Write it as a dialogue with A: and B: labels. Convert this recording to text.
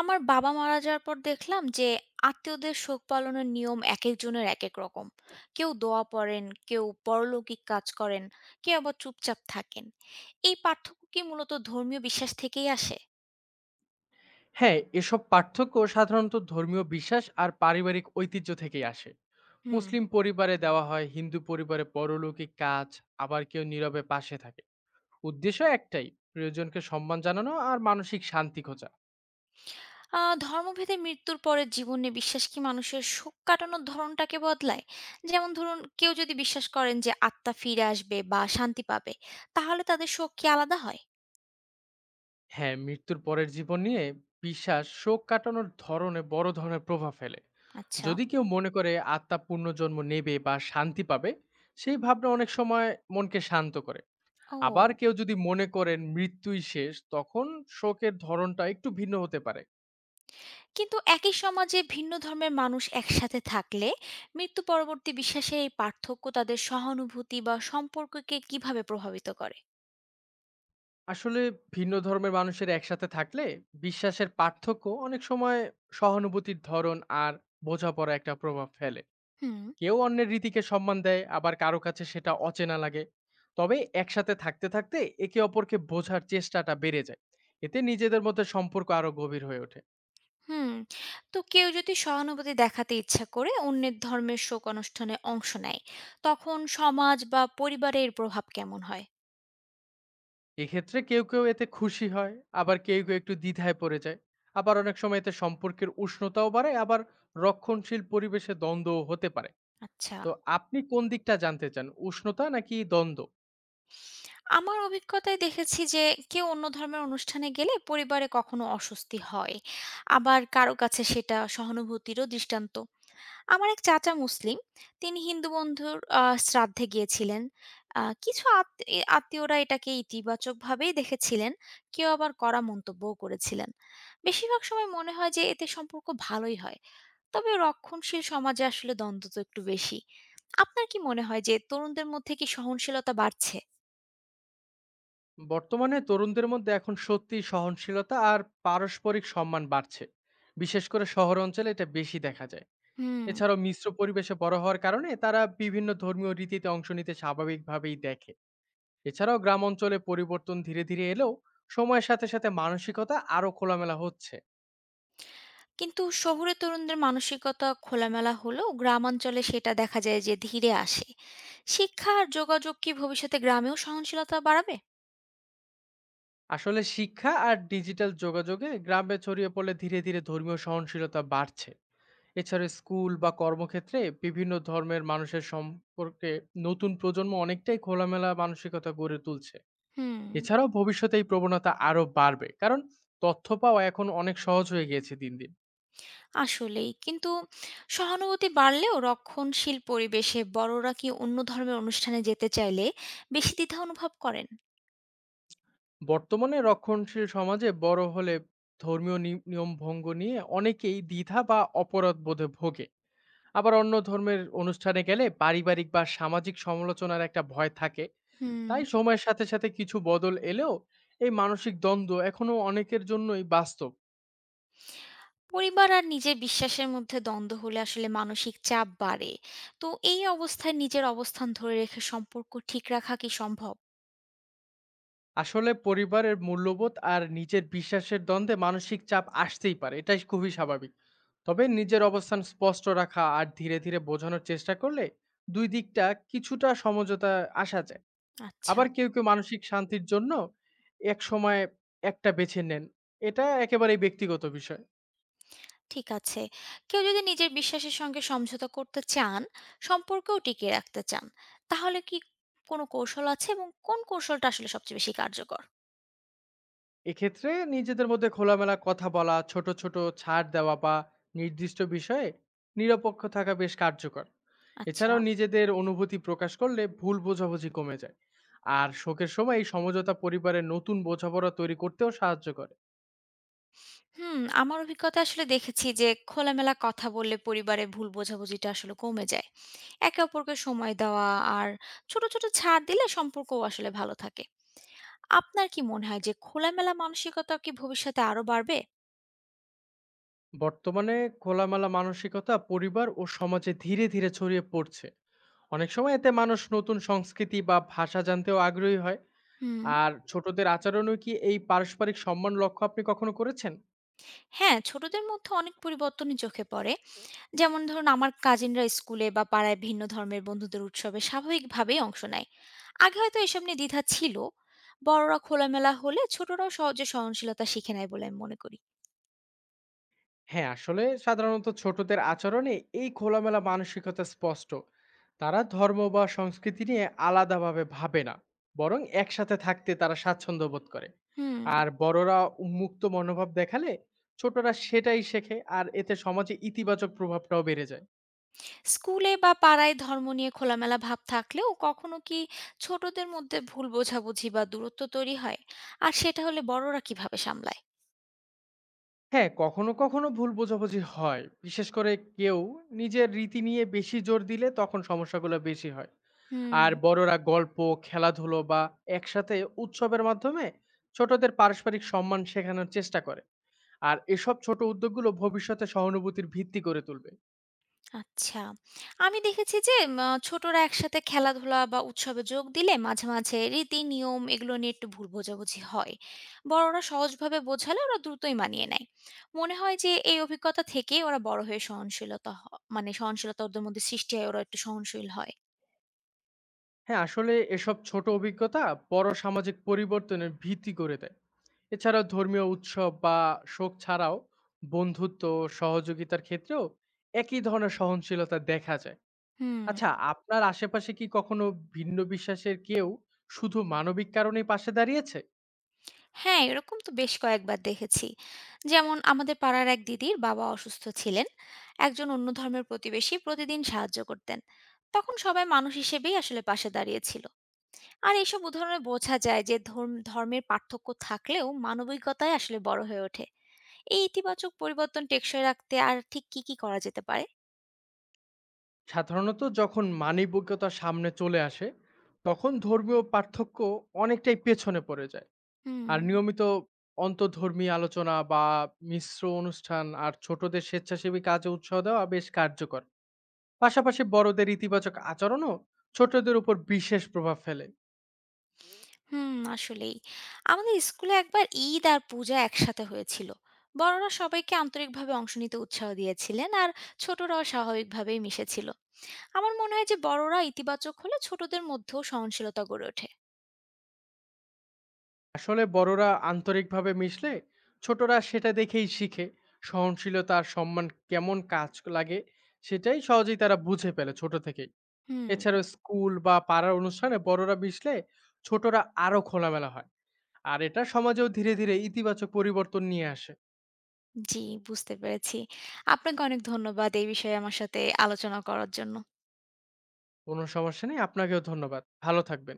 A: আমার বাবা মারা যাওয়ার পর দেখলাম যে আত্মীয়দের শোক পালনের নিয়ম এক একজনের এক এক রকম। কেউ দোয়া পড়েন, কেউ পরলৌকিক কাজ করেন, কেউ আবার চুপচাপ থাকেন। এই পার্থক্য কি মূলত ধর্মীয় বিশ্বাস থেকেই আসে?
B: হ্যাঁ, এসব পার্থক্য সাধারণত ধর্মীয় বিশ্বাস আর পারিবারিক ঐতিহ্য থেকেই আসে।
A: হুম।
B: মুসলিম পরিবারে দেওয়া হয়, হিন্দু পরিবারে পরলৌকিক কাজ, আবার কেউ নীরবে পাশে থাকে। উদ্দেশ্য একটাই, প্রিয়জনকে সম্মান জানানো আর মানসিক শান্তি খোঁজা।
A: ধর্মভেদে মৃত্যুর পরে জীবনে বিশ্বাস কি মানুষের শোক কাটানোর ধরনটাকে বদলায়? যেমন ধরুন, কেউ যদি বিশ্বাস করেন যে আত্মা ফিরে আসবে বা শান্তি পাবে, তাহলে তাদের শোক কি আলাদা হয়?
B: হ্যাঁ, মৃত্যুর পরের জীবন নিয়ে বিশ্বাস শোক কাটানোর ধরনে বড় ধরনের প্রভাব ফেলে।
A: আচ্ছা।
B: যদি কেউ মনে করে আত্মা পুনর্জন্ম নেবে বা শান্তি পাবে, সেই ভাবনা অনেক সময় মনকে শান্ত করে। আবার
A: ও।
B: কেউ যদি মনে করেন মৃত্যুই শেষ, তখন শোকের ধরনটা একটু ভিন্ন হতে পারে।
A: কিন্তু একই সমাজে ভিন্ন ধর্মের মানুষ একসাথে থাকলে মৃত্যু পরবর্তী বিশ্বাসের এই পার্থক্য তাদের সহানুভূতি বা সম্পর্ককে কিভাবে প্রভাবিত করে?
B: আসলে ভিন্ন ধর্মের মানুষের একসাথে থাকলে বিশ্বাসের পার্থক্য অনেক সময় সহানুভূতির ধরন আর বোঝাপড়া একটা প্রভাব ফেলে।
A: হুম।
B: কেউ অন্যের রীতিকে সম্মান দেয়, আবার কারো কাছে সেটা অচেনা লাগে। তবে একসাথে থাকতে থাকতে একে অপরকে বোঝার চেষ্টাটা বেড়ে যায়। এতে নিজেদের মধ্যে সম্পর্ক আরো গভীর হয়ে ওঠে।
A: হুম। তো কেউ যদি সহানুভূতি দেখাতে ইচ্ছা করে অন্যের ধর্মের শোক অনুষ্ঠানে অংশ নেয়, তখন সমাজ বা পরিবারের প্রভাব কেমন হয়?
B: এক্ষেত্রে কেউ কেউ এতে খুশি হয়, আবার কেউ কেউ একটু দ্বিধায় পড়ে যায়। আবার অনেক সময় এতে সম্পর্কের উষ্ণতাও বাড়ে, আবার রক্ষণশীল পরিবেশে দ্বন্দ্বও হতে পারে।
A: আচ্ছা।
B: তো আপনি কোন দিকটা জানতে চান, উষ্ণতা নাকি দ্বন্দ্ব?
A: আমার অভিজ্ঞতায় দেখেছি যে কেউ অন্য ধর্মের অনুষ্ঠানে গেলে পরিবারে কখনো অস্বস্তি হয়, আবার কারো কাছে সেটা সহানুভূতিরও দৃষ্টান্ত। আমার এক চাচা মুসলিম। তিনি হিন্দু বন্ধুর শ্রাদ্ধে গিয়েছিলেন। আ কিছু আত এ আত্মীয়রা এটাকে ইতিবাচকভাবেই দেখেছিলেন। কেউ আবার কড়া মন্তব্যও করেছিলেন। বেশিরভাগ সময় মনে হয় যে এতে সম্পর্ক ভালোই হয়। তবে রক্ষণশীল সমাজে আসলে দ্বন্দ্ব তো একটু বেশি। আপনার কি মনে হয় যে তরুণদের মধ্যে কি সহনশীলতা বাড়ছে?
B: বর্তমানে তরুণদের মধ্যে এখন সত্যি সহনশীলতা আর পারস্পরিক সম্মান বাড়ছে, বিশেষ করে শহর অঞ্চলে এটা বেশি দেখা যায়।
A: হুম।
B: এছাড়াও মিশ্র পরিবেশে বড় হওয়ার কারণে তারা বিভিন্ন ধর্মীয় রীতিতে অংশ নিতে স্বাভাবিকভাবেই দেখে। এছাড়াও গ্রাম অঞ্চলে পরিবর্তন ধীরে ধীরে এলেও সময়ের সাথে সাথে মানসিকতা আরো খোলামেলা হচ্ছে।
A: কিন্তু শহুরে তরুণদের মানসিকতা খোলামেলা হলেও গ্রামাঞ্চলে সেটা দেখা যায় যে ধীরে আসে। শিক্ষা আর যোগাযোগ কি ভবিষ্যতে গ্রামেও সহনশীলতা বাড়াবে?
B: আসলে শিক্ষা আর ডিজিটাল যোগাযোগে গ্রামে ছড়িয়ে পড়লে ধীরে ধীরে ধর্মীয় সহনশীলতা বাড়ছে। এছাড়া স্কুল বা কর্মক্ষেত্রে বিভিন্ন ধর্মের মানুষের সম্পর্কে নতুন প্রজন্ম অনেকটাই খোলামেলা মানসিকতা গড়ে তুলছে।
A: হুম।
B: এছাড়াও ভবিষ্যতে এই প্রবণতা আরো বাড়বে, কারণ তথ্য পাওয়া এখন অনেক সহজ হয়ে গিয়েছে দিন দিন।
A: আসলেই। কিন্তু সহানুভূতি বাড়লেও রক্ষণশীল পরিবেশে বড়রা কি অন্য ধর্মের অনুষ্ঠানে যেতে চাইলে বেশি দ্বিধা অনুভব করেন?
B: বর্তমানে রক্ষণশীল সমাজে বড় হলে ধর্মীয় নিয়ম ভঙ্গ নিয়ে অনেকেই দ্বিধা বা অপরাধ বোধে ভোগে। আবার অন্য ধর্মের অনুষ্ঠানে গেলে পারিবারিক বা সামাজিক সমালোচনার একটা ভয় থাকে।
A: হুম।
B: তাই সময়ের সাথে সাথে কিছু বদল এলেও এই মানসিক দ্বন্দ্ব এখনো অনেকের জন্যই বাস্তব।
A: পরিবার আর নিজের বিশ্বাসের মধ্যে দ্বন্দ্ব হলে আসলে মানসিক চাপ বাড়ে। তো এই অবস্থায় নিজের অবস্থান ধরে রেখে সম্পর্ক ঠিক রাখা কি সম্ভব?
B: আসলে পরিবারের মূল্যবোধ আর নিজের বিশ্বাসের দ্বন্দ্বে মানসিক চাপ আসতেই পারে, এটাই খুবই স্বাভাবিক। তবে নিজের অবস্থান স্পষ্ট রাখা আর ধীরে ধীরে বোঝানোর চেষ্টা করলে দুই দিকটা কিছুটা সমঝোতা আসা যায়।
A: আচ্ছা,
B: আবার কেউ কেউ মানসিক শান্তির জন্য এক সময় একটা বেছে নেন। এটা একেবারেই ব্যক্তিগত বিষয়।
A: ঠিক আছে। কেউ যদি নিজের বিশ্বাসের সঙ্গে সমঝোতা করতে চান, সম্পর্কও টিকিয়ে রাখতে চান, তাহলে কি কোনো কৌশল আছে এবং কোন কৌশলটা আসলে সবচেয়ে বেশি কার্যকর?
B: এক্ষেত্রে নিজেদের মধ্যে খোলামেলা কথা বলা, ছোট ছোট ছাড় দেওয়া বা নির্দিষ্ট বিষয়ে নিরপেক্ষ থাকা বেশ কার্যকর।
A: আচ্ছা।
B: এছাড়াও নিজেদের অনুভূতি প্রকাশ করলে ভুল বোঝাবুঝি কমে যায়। আর শোকের সময় এই সমঝোতা পরিবারের নতুন বোঝাপড়া তৈরি করতেও সাহায্য করে।
A: হুম, আমার অভিজ্ঞতায় আসলে দেখেছি যে খোলামেলা কথা বললে পরিবারে ভুল বোঝাবুঝিটা আসলে কমে যায়। একে অপরকে সময় দেওয়া আর ছোট, ছোট ছাড় দিলে সম্পর্কও আসলে ভালো থাকে। আপনার কি মনে হয় যে খোলামেলা মানসিকতা কি ভবিষ্যতে আরো বাড়বে?
B: বর্তমানে খোলামেলা মানসিকতা পরিবার ও সমাজে ধীরে ধীরে ছড়িয়ে পড়ছে। অনেক সময় এতে মানুষ নতুন সংস্কৃতি বা ভাষা জানতেও আগ্রহী হয়।
A: হুম।
B: আর ছোটদের আচরণও কি এই পারস্পরিক সম্মান লক্ষ্য আপনি কখনো করেছেন?
A: হ্যাঁ, ছোটদের মধ্যে অনেক পরিবর্তনই চোখে পড়ে। যেমন ধরুন, আমার কাজিনরা স্কুলে বা পাড়ায় ভিন্ন ধর্মের বন্ধুদের উৎসবে স্বাভাবিকভাবেই অংশ নেয়। আগে হয়তো এসব নিয়ে দ্বিধা ছিল। বড়রা খোলামেলা হলে ছোটরাও সহজে সহনশীলতা শিখে নেয় বলে আমি মনে করি।
B: হ্যাঁ, আসলে সাধারণত ছোটদের আচরণে এই খোলামেলা মানসিকতা স্পষ্ট। তারা ধর্ম বা সংস্কৃতি নিয়ে আলাদাভাবে ভাবে না, বরং একসাথে থাকতে তারা স্বাচ্ছন্দ্য বোধ করে।
A: হুম।
B: আর বড়রা উন্মুক্ত মনোভাব দেখালে ছোটরা সেটাই শেখে, আর এতে সমাজে ইতিবাচক প্রভাবটাও বেড়ে যায়।
A: স্কুলে বা পাড়ায় ধর্ম নিয়ে খোলামেলা ভাব থাকলেও কখনো কি ছোটদের মধ্যে ভুল বোঝাবুঝি বা দূরত্ব তৈরি হয়? আর সেটা হলে বড়রা কিভাবে সামলায়?
B: হ্যাঁ, কখনো কখনো ভুল বোঝাবুঝি হয়। বিশেষ করে কেউ নিজের রীতি নিয়ে বেশি জোর দিলে তখন সমস্যাগুলো বেশি হয়।
A: হুম।
B: আর বড়রা গল্প, খেলাধুলো বা একসাথে উৎসবের মাধ্যমে ছোটদের পারস্পরিক সম্মান শেখানোর চেষ্টা করে। আর এসব ছোট উদ্যোগগুলো ভবিষ্যতে সহানুভূতির ভিত্তি করে তুলবে।
A: আচ্ছা। আমি দেখেছি যে ছোটরা একসাথে খেলাধুলা বা উৎসবে যোগ দিলে মাঝে মাঝে রীতি নিয়ম এগুলো নিয়ে একটু ভুল বোঝাবুঝি হয়। বড়রা সহজভাবে বোঝালে ওরা দ্রুতই মানিয়ে নেয়। মনে হয় যে এই অভিজ্ঞতা থেকেই ওরা বড় হয়ে সহনশীলতা হ- মানে সহনশীলতা ওদের মধ্যে সৃষ্টি হয়, ওরা একটু সহনশীল হয়।
B: হ্যাঁ, আসলে এসব ছোট অভিজ্ঞতা বড় সামাজিক পরিবর্তনের ভিত্তি করে দেয়। এছাড়াও ধর্মীয় উৎসব বা শোক ছাড়াও বন্ধুত্ব ও সহযোগিতার ক্ষেত্রেও একই ধরনের সহনশীলতা দেখা যায়।
A: হুম।
B: আচ্ছা, আপনার আশেপাশে কি কখনো ভিন্ন বিশ্বাসের কেউ শুধু মানবিক কারণেই পাশে দাঁড়িয়েছে?
A: হ্যাঁ, এরকম তো বেশ কয়েকবার দেখেছি। যেমন, আমাদের পাড়ার এক দিদির বাবা অসুস্থ ছিলেন। একজন অন্য ধর্মের প্রতিবেশী প্রতিদিন সাহায্য করতেন। তখন সবাই মানুষ হিসেবেই আসলে পাশে দাঁড়িয়েছিল। আর এইসব উদাহরণে বোঝা যায় যে ধর্মের পার্থক্য থাকলেও মানবিকতাই আসলে বড় হয়ে ওঠে। এই ইতিবাচক পরিবর্তন টেকসই রাখতে আর ঠিক কী, কী করা যেতে পারে?
B: সাধারণত যখন মানবিকতা সামনে চলে আসে, তখন ধর্মীয় পার্থক্য অনেকটাই পেছনে পড়ে যায়।
A: হুম।
B: আর নিয়মিত অন্তঃধর্মী আলোচনা বা মিশ্র অনুষ্ঠান আর ছোটদের স্বেচ্ছাসেবী কাজে উৎসাহ দেওয়া বেশ কার্যকর। পাশাপাশি বড়দের ইতিবাচক আচরণও ছোটদের উপর বিশেষ প্রভাব ফেলে।
A: হুম। আসলেই। আমাদের স্কুলে একবার ঈদ আর পূজা একসাথে হয়েছিল। বড়রা সবাইকে আন্তরিকভাবে অংশ নিতে উৎসাহ দিয়েছিলেন আর ছোটরাও স্বাভাবিকভাবেই মিশেছিল। আমার মনে হয় যে বড়রা ইতিবাচক হলে ছোটদের মধ্যেও সহনশীলতা গড়ে ওঠে।
B: আসলে বড়রা আন্তরিকভাবে মিশলে ছোটরা সেটা দেখেই শিখে। সহনশীলতা আর সম্মান কেমন কাজ লাগে সেটাই সহজেই তারা বুঝে ফেলে ছোট থেকেই।
A: হুম।
B: এছাড়াও স্কুল বা পাড়ার অনুষ্ঠানে বড়রা মিশলে ছোটরা আরো খোলামেলা হয়, আর এটা সমাজেও ধীরে ধীরে ইতিবাচক পরিবর্তন নিয়ে আসে।
A: জি। বুঝতে পেরেছি। আপনাকে অনেক ধন্যবাদ এই বিষয়ে আমার সাথে আলোচনা করার জন্য।
B: কোনো সমস্যা নেই, আপনাকেও ধন্যবাদ, ভালো থাকবেন।